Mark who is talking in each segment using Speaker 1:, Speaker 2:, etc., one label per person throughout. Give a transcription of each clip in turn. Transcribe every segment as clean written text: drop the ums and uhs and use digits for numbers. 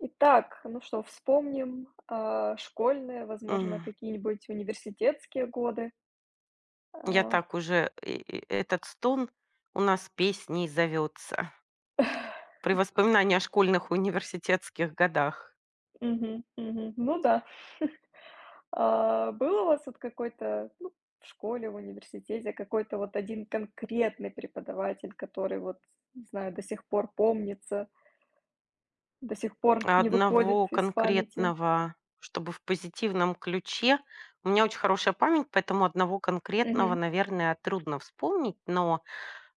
Speaker 1: Итак, ну что, вспомним, школьные, возможно,
Speaker 2: М,
Speaker 1: какие-нибудь университетские годы.
Speaker 2: я
Speaker 1: А,
Speaker 2: так уже и этот стон у нас песней зовется при воспоминании о школьных и университетских годах.
Speaker 1: мгм, мгм. Ну да. Был у вас вот какой-то, ну, в школе, в университете какой-то вот один конкретный преподаватель, который вот, не знаю, до сих пор помнится, до сих пор
Speaker 2: А
Speaker 1: не выходит
Speaker 2: одного
Speaker 1: из памяти?
Speaker 2: конкретного, чтобы в позитивном ключе, у меня очень хорошая память, поэтому одного конкретного,
Speaker 1: Мгм,
Speaker 2: наверное, трудно вспомнить. Но,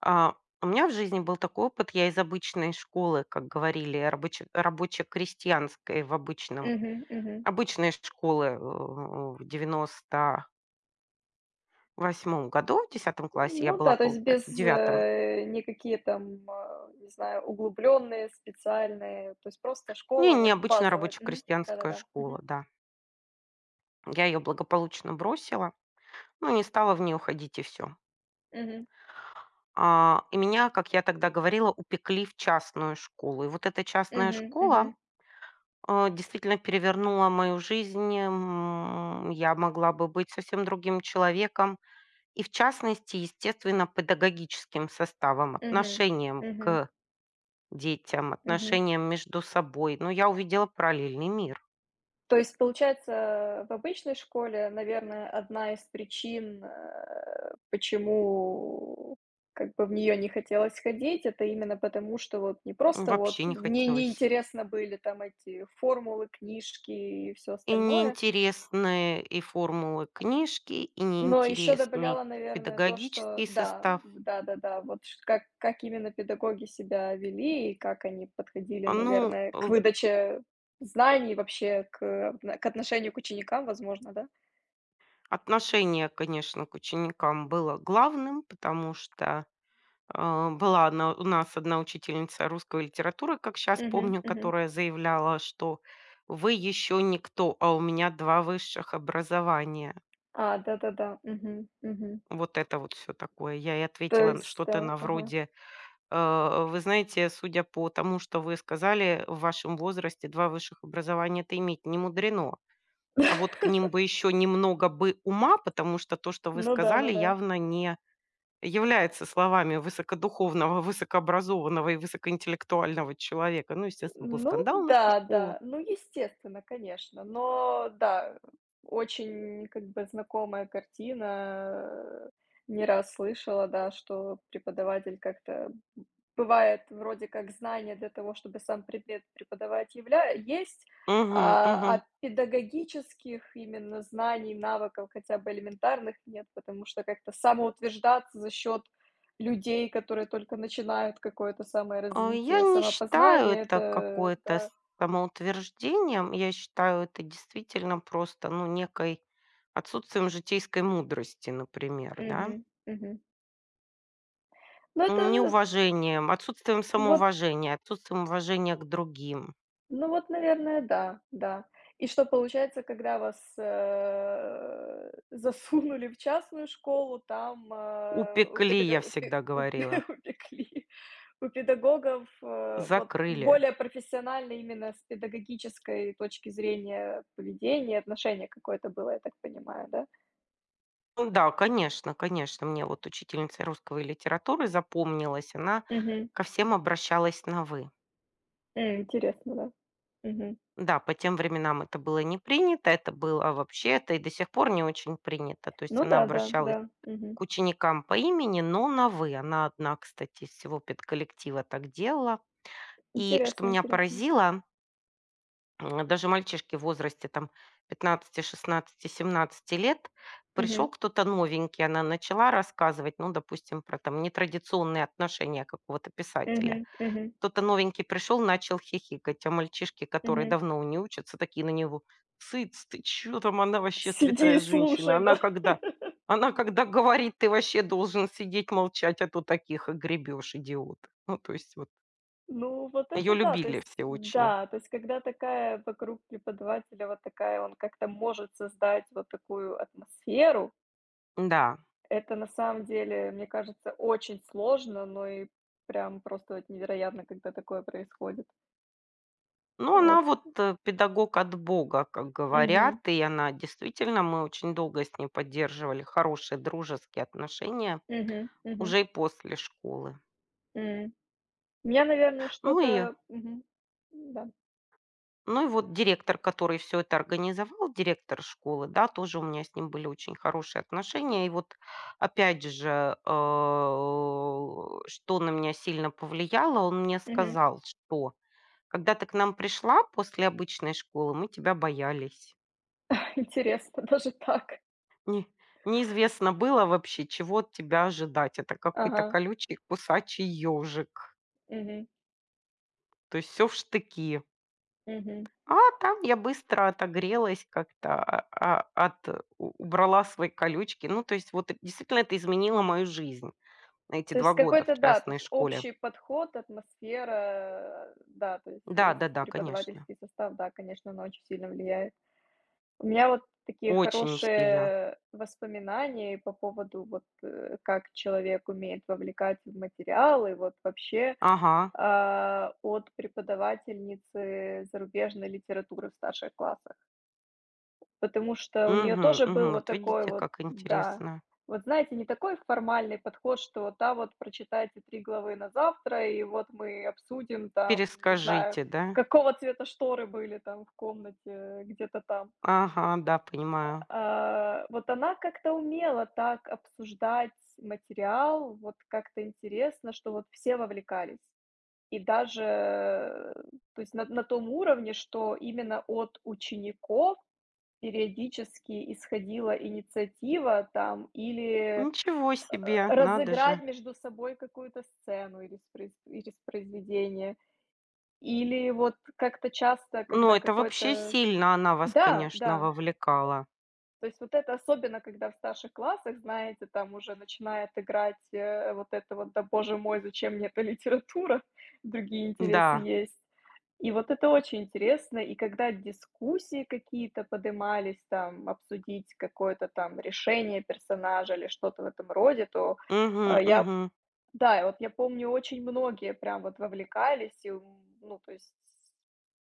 Speaker 2: а, у меня в жизни был такой опыт. Я из обычной школы, как говорили, рабоче-крестьянской, в обычном
Speaker 1: мгм, мгм.
Speaker 2: обычной школы, в 98-м году, в 10-м классе я
Speaker 1: Ну
Speaker 2: была,
Speaker 1: да, то есть
Speaker 2: получается,
Speaker 1: без,
Speaker 2: в девятом.
Speaker 1: никакие там, не знаю, углубленные, специальные, то есть просто
Speaker 2: Не,
Speaker 1: школа вот
Speaker 2: необычная
Speaker 1: базовая. Мгм.
Speaker 2: рабоче-крестьянская
Speaker 1: Да-да-да. Мгм.
Speaker 2: школа, да. Я ее благополучно бросила, ну, не стала в нее ходить, и все.
Speaker 1: Мгм.
Speaker 2: И меня, как я тогда говорила, упекли в частную школу. И вот эта частная
Speaker 1: Мгм.
Speaker 2: школа,
Speaker 1: Мгм.
Speaker 2: действительно перевернула мою жизнь. Я могла бы быть совсем другим человеком. И в частности, естественно, педагогическим составом,
Speaker 1: Мгм.
Speaker 2: отношением
Speaker 1: Мгм.
Speaker 2: к детям,
Speaker 1: Мгм.
Speaker 2: отношениям между собой. Но я увидела параллельный мир.
Speaker 1: То есть, получается, в обычной школе, наверное, одна из причин, почему как бы в нее не хотелось ходить, это именно потому, что вот не просто
Speaker 2: Вообще
Speaker 1: вот
Speaker 2: не
Speaker 1: мне
Speaker 2: хотелось.
Speaker 1: неинтересно были там эти формулы, книжки и все
Speaker 2: И
Speaker 1: остальное.
Speaker 2: неинтересные, и формулы, книжки, и
Speaker 1: Но еще
Speaker 2: неинтересный
Speaker 1: добавляла, наверное, то, что
Speaker 2: педагогический
Speaker 1: да,
Speaker 2: состав.
Speaker 1: да-да-да, вот ш как именно педагоги себя вели и как они подходили,
Speaker 2: Ну,
Speaker 1: наверное, к выдаче знаний, вообще к обна к отношению к ученикам, возможно, да?
Speaker 2: отношение, конечно, к ученикам было главным, потому что у нас одна учительница русской литературы, как сейчас
Speaker 1: Мгм,
Speaker 2: помню,
Speaker 1: мгм.
Speaker 2: которая заявляла, что вы еще никто, а у меня два высших образования.
Speaker 1: Да-да-да, мгм, мгм.
Speaker 2: Вот это вот все такое. Я и
Speaker 1: То
Speaker 2: ответила н
Speaker 1: есть,
Speaker 2: что-то
Speaker 1: да,
Speaker 2: на
Speaker 1: ага.
Speaker 2: вроде: вы знаете, судя по тому, что вы сказали, в вашем возрасте 2 высших образования — это иметь немудрено. А вот к ним бы еще немного бы ума, потому что то, что вы
Speaker 1: Ну да, ну
Speaker 2: сказали,
Speaker 1: да.
Speaker 2: явно не является словами высокодуховного, высокообразованного и высокоинтеллектуального человека". Ну, естественно, был
Speaker 1: Ну
Speaker 2: скандал на всю
Speaker 1: да,
Speaker 2: школу.
Speaker 1: да. Ну, естественно, конечно. Но да, очень как бы знакомая картина. Э, не раз слышала, да, что преподаватель как-то бывает вроде как знание для того, чтобы сам предмет преподавать явля есть,
Speaker 2: Мгм,
Speaker 1: а,
Speaker 2: мгм.
Speaker 1: а педагогических именно знаний, навыков хотя бы элементарных нет, потому что как-то самоутверждаться за счет людей, которые только начинают какое-то самое
Speaker 2: Я
Speaker 1: развитие
Speaker 2: не считаю
Speaker 1: самопознание,
Speaker 2: это
Speaker 1: это
Speaker 2: какое-то
Speaker 1: да.
Speaker 2: самоутверждением. Я считаю это действительно просто, ну, некой отсутствием житейской мудрости, например, да.
Speaker 1: Мгм, мгм. Ну, это
Speaker 2: Неуважением, отсутствием
Speaker 1: вот,
Speaker 2: самоуважения, отсутствием уважения к другим.
Speaker 1: ну вот, наверное, да, да. И что получается, когда вас, засунули в частную школу, там, у
Speaker 2: "Упекли", я
Speaker 1: педага
Speaker 2: всегда
Speaker 1: у пе-
Speaker 2: говорила,
Speaker 1: упекли. У педагогов, вот
Speaker 2: "закрыли".
Speaker 1: более профессионально именно с педагогической точки зрения поведения, отношения какое-то было, я так понимаю, да?
Speaker 2: Ну да, конечно, конечно, мне вот учительница русского и литературы запомнилась. Она
Speaker 1: Мгм.
Speaker 2: ко всем обращалась на "вы".
Speaker 1: М, интересно, да. Мгм.
Speaker 2: Да, по тем временам это было не принято, это было вообще, это и до сих пор не очень принято. То есть
Speaker 1: Ну
Speaker 2: она
Speaker 1: да, да,
Speaker 2: обращалась
Speaker 1: да. Мгм.
Speaker 2: к ученикам по имени, но на «вы». Она одна, кстати, из всего педколлектива так делала. И что
Speaker 1: Интересно,
Speaker 2: меня
Speaker 1: интересно.
Speaker 2: поразило, даже мальчишки в возрасте там 15, 16, 17 лет,
Speaker 1: Мгм.
Speaker 2: пришел кто-то новенький, она начала рассказывать, ну, допустим, про там нетрадиционные отношения какого-то писателя.
Speaker 1: Мгм. Мгм.
Speaker 2: Кто-то новенький пришел, начал хихикать, а мальчишки, которые
Speaker 1: Мгм.
Speaker 2: давно не учатся, такие на него: "Цыц, ты чё там, она вообще
Speaker 1: Сиди
Speaker 2: святая
Speaker 1: и
Speaker 2: женщина,
Speaker 1: слушай,
Speaker 2: она
Speaker 1: да.
Speaker 2: когда она когда говорит, ты вообще должен сидеть молчать, а то таких огребешь, идиот". Ну, то есть вот
Speaker 1: Ну, вот
Speaker 2: ее
Speaker 1: это
Speaker 2: любили все очень.
Speaker 1: да, то есть, когда такая вокруг преподавателя вот такая, он как-то может создать вот такую атмосферу,
Speaker 2: Да.
Speaker 1: это на самом деле, мне кажется, очень сложно, но и прям просто вот невероятно, когда такое происходит.
Speaker 2: Ну, она
Speaker 1: Вот.
Speaker 2: вот, педагог от Бога, как
Speaker 1: Угу.
Speaker 2: говорят, и она действительно, мы очень долго с ней поддерживали хорошие дружеские отношения
Speaker 1: Угу. Угу.
Speaker 2: уже и после школы.
Speaker 1: М. У меня, наверное,
Speaker 2: Ну и
Speaker 1: что-то мгм. Да.
Speaker 2: Ну и вот директор, который все это организовал, директор школы, да, тоже у меня с ним были очень хорошие отношения. И вот опять же, что на меня сильно повлияло, он мне
Speaker 1: Мгм.
Speaker 2: сказал, что: "Когда ты к нам пришла после обычной школы, мы тебя боялись.
Speaker 1: Интересно, даже так.
Speaker 2: Не Неизвестно было вообще, чего от тебя ожидать. Это какой-то
Speaker 1: Ага.
Speaker 2: колючий кусачий ежик.
Speaker 1: Мгм.
Speaker 2: То есть все в штыки.
Speaker 1: Мгм.
Speaker 2: А там я быстро отогрелась как-то, а, от э, у убрала свои колючки. Ну, то есть вот действительно это изменило мою жизнь, эти
Speaker 1: То
Speaker 2: два
Speaker 1: есть
Speaker 2: года в
Speaker 1: какой-то, да, то
Speaker 2: частной
Speaker 1: есть
Speaker 2: школе.
Speaker 1: общий подход, атмосфера, да, то есть весь
Speaker 2: Да-да-да, конечно.
Speaker 1: преподавательский состав, да, конечно, она очень сильно влияет. У меня вот такие
Speaker 2: Очень сильно.
Speaker 1: хорошие воспоминания и по поводу вот, как человек умеет вовлекать в материалы, вот вообще,
Speaker 2: Ага.
Speaker 1: от преподавательницы зарубежной литературы в старших классах. Потому что у нее
Speaker 2: Мгм,
Speaker 1: тоже был
Speaker 2: мгм.
Speaker 1: вот
Speaker 2: Вот
Speaker 1: такой
Speaker 2: видите,
Speaker 1: вот,
Speaker 2: как
Speaker 1: да,
Speaker 2: интересно.
Speaker 1: вот знаете, не такой формальный подход, что вот, да, вот прочитайте 3 главы на завтра, и вот мы обсудим там, не знаю,
Speaker 2: Перескажите, да?
Speaker 1: какого цвета шторы были там в комнате, где-то там.
Speaker 2: Ага, да, понимаю.
Speaker 1: Вот она как-то умела так обсуждать материал, вот как-то интересно, что вот все вовлекались. И даже, то есть на том уровне, что именно от учеников периодически исходила инициатива там или,
Speaker 2: Ничего себе, надо же.
Speaker 1: разыграть между собой какую-то сцену или спр или произведение, или вот как-то часто,
Speaker 2: Ну,
Speaker 1: когда
Speaker 2: это вообще
Speaker 1: какой-то
Speaker 2: сильно она вас,
Speaker 1: да,
Speaker 2: конечно,
Speaker 1: да.
Speaker 2: вовлекала.
Speaker 1: То есть вот это особенно, когда в старших классах, знаете, там уже начинает играть, вот это вот: "Да, боже мой, зачем мне эта литература? Другие интересы
Speaker 2: Да.
Speaker 1: есть". И вот это очень интересно. И когда дискуссии какие-то подымались, там, обсудить какое-то там решение персонажа или что-то в этом роде, то,
Speaker 2: Угу,
Speaker 1: я
Speaker 2: угу.
Speaker 1: да, и вот я помню, очень многие прям вот вовлекались и, м, ну, то есть,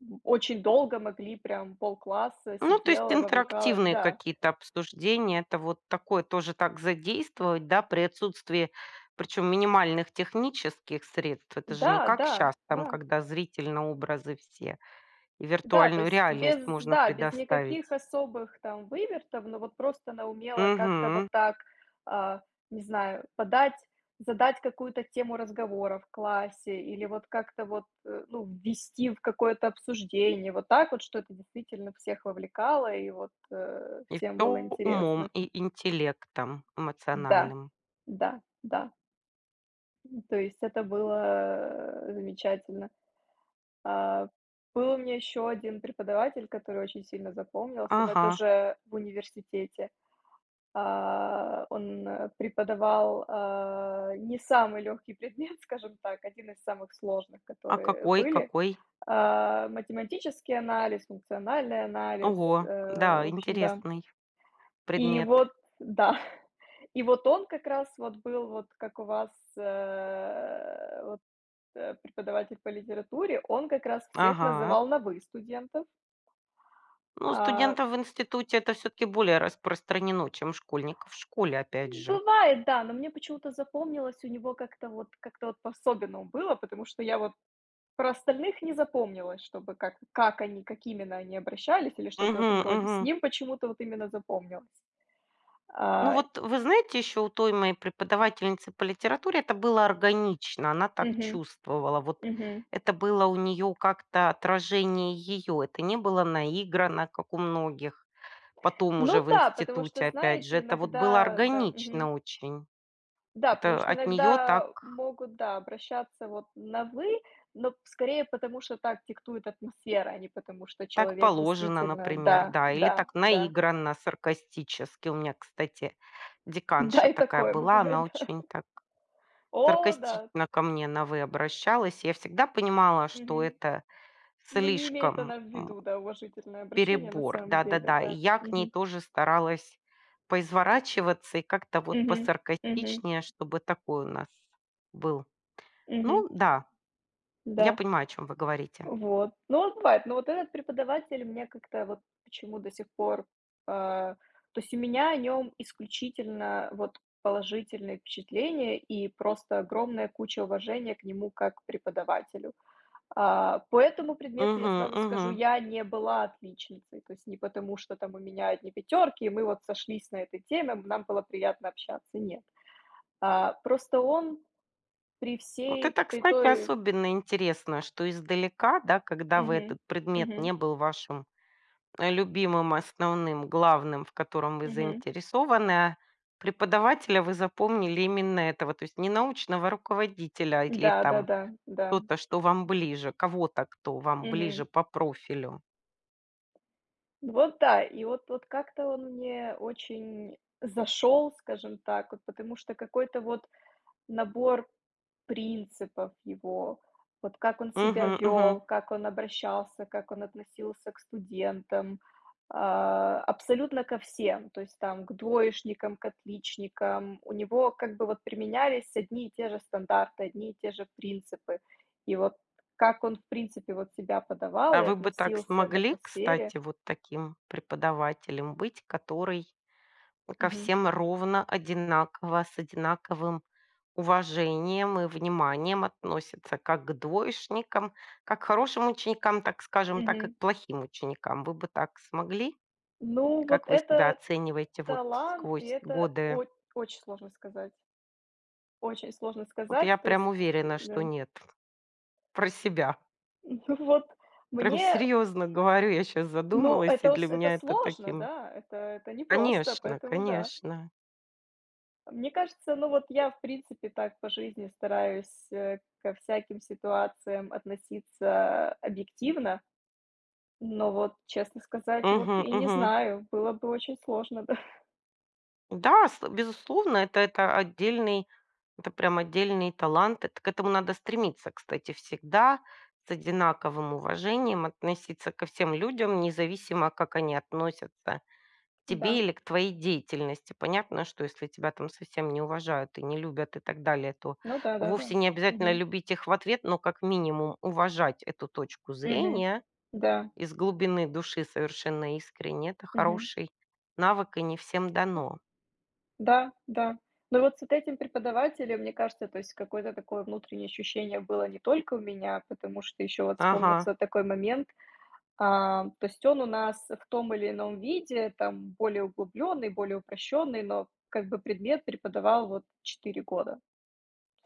Speaker 1: м, очень долго могли, прям полкласса
Speaker 2: Ну, то есть
Speaker 1: сидела, вовлекалась,
Speaker 2: интерактивные
Speaker 1: да.
Speaker 2: какие-то обсуждения, это вот такое тоже так задействовать, да, при отсутствии, причем, минимальных технических средств. Это же
Speaker 1: Да,
Speaker 2: не как
Speaker 1: да,
Speaker 2: сейчас, там,
Speaker 1: да,
Speaker 2: когда зритель на образы все, и
Speaker 1: да, то
Speaker 2: виртуальную
Speaker 1: есть
Speaker 2: реальность
Speaker 1: без,
Speaker 2: можно
Speaker 1: да, без
Speaker 2: предоставить.
Speaker 1: никаких особых там вывертов, но вот просто она умела как-то вот
Speaker 2: Угу.
Speaker 1: так, а, не знаю, подать, задать какую-то тему разговора в классе или вот как-то вот, ну, ввести в какое-то обсуждение, вот так вот, что это действительно всех вовлекало и вот
Speaker 2: И
Speaker 1: всем
Speaker 2: все
Speaker 1: было
Speaker 2: умом
Speaker 1: интересно.
Speaker 2: и интеллектом
Speaker 1: Да,
Speaker 2: эмоциональным.
Speaker 1: да, да, то есть это было замечательно. А, был у меня еще один преподаватель, который очень сильно запомнился, но
Speaker 2: Ага.
Speaker 1: это уже в университете. Он, преподавал, не самый легкий предмет, скажем так, один из самых сложных,
Speaker 2: А
Speaker 1: которые
Speaker 2: какой,
Speaker 1: были.
Speaker 2: какой?
Speaker 1: Математический анализ, функциональный анализ,
Speaker 2: Ого, да,
Speaker 1: в общем, да.
Speaker 2: интересный
Speaker 1: И
Speaker 2: предмет.
Speaker 1: вот да, и вот он как раз вот был, вот как у вас, вот, преподаватель по литературе, он как раз всех
Speaker 2: Ага.
Speaker 1: называл на "вы" студентов.
Speaker 2: Ну,
Speaker 1: А,
Speaker 2: студентов в институте это все-таки более распространено, чем школьников в школе, опять же.
Speaker 1: бывает, да, но мне почему-то запомнилось у него как-то вот по-особенному было, потому что я вот про остальных не запомнилась, чтобы как они, как именно они обращались или что-то в
Speaker 2: Мгм,
Speaker 1: этом роде.
Speaker 2: мгм.
Speaker 1: С ним почему-то вот именно запомнилось.
Speaker 2: Ну
Speaker 1: А,
Speaker 2: вот вы знаете, еще у той моей преподавательницы по литературе это было органично, она так
Speaker 1: мгм,
Speaker 2: чувствовала. Вот
Speaker 1: мгм.
Speaker 2: это было у нее как-то отражение ее, это не было наиграно, как у многих. Потом уже
Speaker 1: Ну
Speaker 2: в
Speaker 1: да, потому
Speaker 2: институте,
Speaker 1: что,
Speaker 2: опять же,
Speaker 1: знаете,
Speaker 2: это вот было
Speaker 1: иногда, да, мгм.
Speaker 2: органично очень.
Speaker 1: Да, потому
Speaker 2: Это
Speaker 1: что
Speaker 2: от нее так.
Speaker 1: иногда могут, да, обращаться вот на «вы», но скорее потому, что так диктует атмосфера, а не потому, что
Speaker 2: Так
Speaker 1: человек
Speaker 2: положено,
Speaker 1: действительно,
Speaker 2: например,
Speaker 1: да,
Speaker 2: да, или
Speaker 1: да,
Speaker 2: так
Speaker 1: да.
Speaker 2: наигранно, саркастически. У меня, кстати,
Speaker 1: Да,
Speaker 2: деканша
Speaker 1: и
Speaker 2: такая
Speaker 1: такое
Speaker 2: была, она
Speaker 1: бывает, да.
Speaker 2: очень так
Speaker 1: О да,
Speaker 2: саркастично ко мне на "вы" обращалась. Я всегда понимала, что
Speaker 1: мгм.
Speaker 2: это
Speaker 1: Ну, не имеет
Speaker 2: слишком,
Speaker 1: она в виду, да, уважительное обращение на
Speaker 2: перебор.
Speaker 1: самом деле,
Speaker 2: Да-да-да. И
Speaker 1: да.
Speaker 2: я к ней
Speaker 1: Мгм.
Speaker 2: тоже старалась поизворачиваться и как-то вот
Speaker 1: Мгм. Мгм.
Speaker 2: посаркастичнее, чтобы такой у нас был.
Speaker 1: Мгм.
Speaker 2: Ну да, я
Speaker 1: Да.
Speaker 2: понимаю, о чем вы говорите.
Speaker 1: Вот. Ну, вот бывает. Но вот этот преподаватель мне как-то вот почему до сих пор, а, то есть у меня о нем исключительно вот положительные впечатления и просто огромная куча уважения к нему как к преподавателю. По этому предмету я
Speaker 2: Угу,
Speaker 1: сразу скажу,
Speaker 2: угу.
Speaker 1: я не была отличницей, то есть не потому, что там у меня одни пятерки, и мы вот сошлись на этой теме, нам было приятно общаться, нет. Просто он при
Speaker 2: Вот
Speaker 1: всей,
Speaker 2: это,
Speaker 1: при
Speaker 2: кстати,
Speaker 1: той
Speaker 2: особенно интересно, что издалека, да, когда вы,
Speaker 1: мгм.
Speaker 2: этот предмет не
Speaker 1: Мгм.
Speaker 2: был вашим, любимым, основным, главным, в котором вы
Speaker 1: Мгм.
Speaker 2: заинтересованы, а преподавателя вы запомнили именно этого, то есть не научного руководителя или там
Speaker 1: Да-да-да, да. Да, да.
Speaker 2: кто-то, что вам ближе, кого-то, кто вам
Speaker 1: Мгм.
Speaker 2: ближе по профилю.
Speaker 1: Вот да, и вот вот как-то он мне очень зашел, скажем так, вот потому что какой-то вот набор принципов его, вот как он себя
Speaker 2: Мгм, мгм.
Speaker 1: вел, как он обращался, как он относился к студентам, абсолютно ко всем. То есть там к двоечникам, к отличникам. У него как бы вот применялись одни и те же стандарты, одни и те же принципы. И вот как он, в принципе, вот себя
Speaker 2: А
Speaker 1: подавал и
Speaker 2: вы бы так
Speaker 1: относился к
Speaker 2: смогли,
Speaker 1: атмосфере.
Speaker 2: кстати, вот таким преподавателем быть, который ко
Speaker 1: Мгм,
Speaker 2: всем ровно одинаково, с одинаковым уважением и вниманием относятся как к двоечникам, как к хорошим ученикам, так скажем, так и
Speaker 1: мгм.
Speaker 2: к плохим ученикам. Вы бы так смогли?
Speaker 1: Ну, вот
Speaker 2: Как вы себя
Speaker 1: это
Speaker 2: оцениваете вот
Speaker 1: талант, и
Speaker 2: сквозь
Speaker 1: это
Speaker 2: годы?
Speaker 1: о очень сложно сказать. Очень сложно
Speaker 2: Вот
Speaker 1: сказать.
Speaker 2: я
Speaker 1: То есть,
Speaker 2: прям уверена, что
Speaker 1: да.
Speaker 2: нет. Про себя.
Speaker 1: Ну вот
Speaker 2: Прям
Speaker 1: мне,
Speaker 2: серьезно говорю, я сейчас
Speaker 1: ну,
Speaker 2: задумалась, и
Speaker 1: это
Speaker 2: для
Speaker 1: с это
Speaker 2: меня это
Speaker 1: сложно,
Speaker 2: таким...
Speaker 1: да, это непросто,
Speaker 2: Конечно,
Speaker 1: поэтому да.
Speaker 2: конечно.
Speaker 1: Мне кажется, ну вот я, в принципе, так по жизни стараюсь, ко всяким ситуациям относиться объективно, но вот, честно сказать, вот
Speaker 2: Мгм,
Speaker 1: и не
Speaker 2: мгм.
Speaker 1: знаю, было бы очень сложно, да.
Speaker 2: Да, с безусловно, это прям отдельный талант. Это к этому надо стремиться, кстати, всегда с одинаковым уважением относиться ко всем людям, независимо, как они относятся к тебе
Speaker 1: Да.
Speaker 2: или к твоей деятельности. Понятно, что если тебя там совсем не уважают, и не любят, и так далее, то
Speaker 1: Ну да-да-да.
Speaker 2: вовсе не обязательно
Speaker 1: Мгм.
Speaker 2: любить их в ответ, но как минимум уважать эту точку
Speaker 1: Мгм.
Speaker 2: зрения
Speaker 1: Да.
Speaker 2: из глубины души совершенно искренне. Это
Speaker 1: Мгм.
Speaker 2: хороший навык, и не всем дано.
Speaker 1: Да, да. Но вот с вот этим преподавателем, мне кажется, то есть какое-то такое внутреннее ощущение было не только у меня, потому что еще вот
Speaker 2: Ага.
Speaker 1: вспомнился такой момент. То есть он у нас в том или ином виде, там более углубленный, более упрощенный, но как бы предмет преподавал вот 4 года. То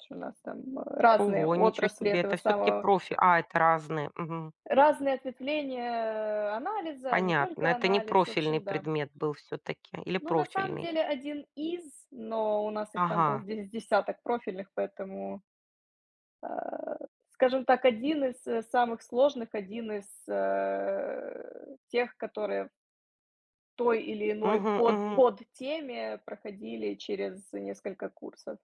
Speaker 1: есть у нас там разные
Speaker 2: Ого, ничего
Speaker 1: отрасли
Speaker 2: себе,
Speaker 1: этого
Speaker 2: это все таки
Speaker 1: самого,
Speaker 2: профи, это разные, мгм.
Speaker 1: разные ответвления анализа, не
Speaker 2: Понятно,
Speaker 1: только
Speaker 2: это не
Speaker 1: анализ, в
Speaker 2: профильный
Speaker 1: общем, да.
Speaker 2: предмет был все таки или
Speaker 1: Ну, на самом
Speaker 2: профильный?
Speaker 1: деле один из, но у нас их там
Speaker 2: Ага,
Speaker 1: был де десяток профильных, поэтому, а, скажем так, один из, самых сложных, один из, тех, которые в той или иной
Speaker 2: мгм,
Speaker 1: под
Speaker 2: мгм.
Speaker 1: подтеме проходили через несколько курсов.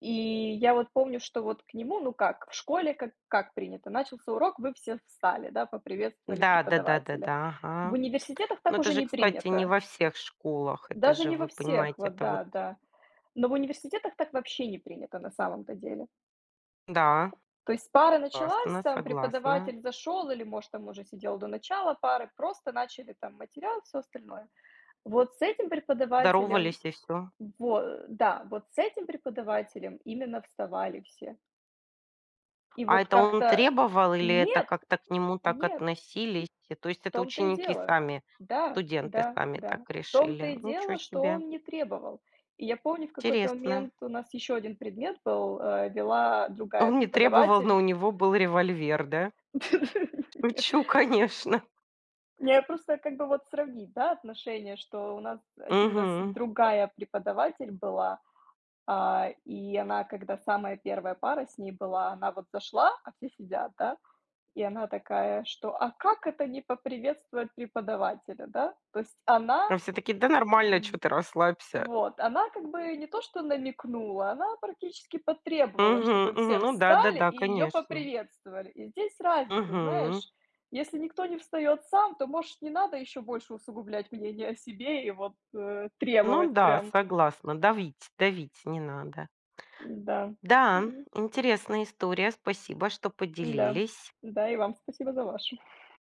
Speaker 1: И я вот помню, что вот к нему, ну как, в школе как принято: начался урок, вы все встали, да, поприветствовали
Speaker 2: Да,
Speaker 1: преподавателя.
Speaker 2: да-да-да-да,
Speaker 1: В
Speaker 2: ага.
Speaker 1: университетах
Speaker 2: Но
Speaker 1: так
Speaker 2: это
Speaker 1: уже
Speaker 2: же,
Speaker 1: не
Speaker 2: кстати, не
Speaker 1: принято,
Speaker 2: во всех школах, это
Speaker 1: даже
Speaker 2: же,
Speaker 1: не во
Speaker 2: вы
Speaker 1: всех,
Speaker 2: понимаете,
Speaker 1: вот
Speaker 2: это вот,
Speaker 1: да, да. Но в университетах так вообще не принято на самом-то деле.
Speaker 2: да,
Speaker 1: То есть пара началась,
Speaker 2: согласна,
Speaker 1: там
Speaker 2: согласна.
Speaker 1: преподаватель зашел или, может, там уже сидел до начала пары, просто начали там материал, все остальное. Вот с этим преподавателем,
Speaker 2: Здоровались и все.
Speaker 1: вот да, вот с этим преподавателем именно вставали все. И
Speaker 2: А
Speaker 1: вот
Speaker 2: это он
Speaker 1: как-то
Speaker 2: требовал или это
Speaker 1: нет,
Speaker 2: как-то к нему так
Speaker 1: нет.
Speaker 2: относились? И то
Speaker 1: В
Speaker 2: есть это
Speaker 1: том-то и
Speaker 2: ученики
Speaker 1: дело.
Speaker 2: сами,
Speaker 1: Да,
Speaker 2: студенты
Speaker 1: да,
Speaker 2: сами
Speaker 1: да.
Speaker 2: так
Speaker 1: В том-то
Speaker 2: решили?
Speaker 1: и
Speaker 2: Ничего
Speaker 1: дело, что
Speaker 2: себе,
Speaker 1: он не требовал. И я помню, в какой-то
Speaker 2: интересно.
Speaker 1: момент у нас еще один предмет был, вела другая
Speaker 2: Он не требовал, но
Speaker 1: преподаватель.
Speaker 2: у него был револьвер, да? Шучу, конечно.
Speaker 1: Не, просто как бы вот сравнить, да, отношения, что у нас один раз
Speaker 2: Мгм.
Speaker 1: другая преподаватель была, и она, когда самая первая пара с ней была, она вот зашла, а все сидят, да, и она такая, что: "А как это не поприветствовать преподавателя?" Да? То есть она
Speaker 2: А все такие: "Да нормально, что ты, расслабься".
Speaker 1: вот, она как бы не то что намекнула, она практически потребовала,
Speaker 2: Мгм,
Speaker 1: чтобы
Speaker 2: мгм.
Speaker 1: все
Speaker 2: Ну
Speaker 1: встали
Speaker 2: да-да-да,
Speaker 1: и ее
Speaker 2: конечно.
Speaker 1: поприветствовали. И здесь разница,
Speaker 2: Мгм.
Speaker 1: знаешь, если никто не встает сам, то, может, не надо еще больше усугублять мнение о себе и вот,
Speaker 2: Ну
Speaker 1: требовать
Speaker 2: да,
Speaker 1: прям.
Speaker 2: согласна. Давить давить не надо.
Speaker 1: Да,
Speaker 2: Да,
Speaker 1: м,
Speaker 2: интересная история. Спасибо, что
Speaker 1: да,
Speaker 2: поделились.
Speaker 1: да, и вам спасибо за ваше.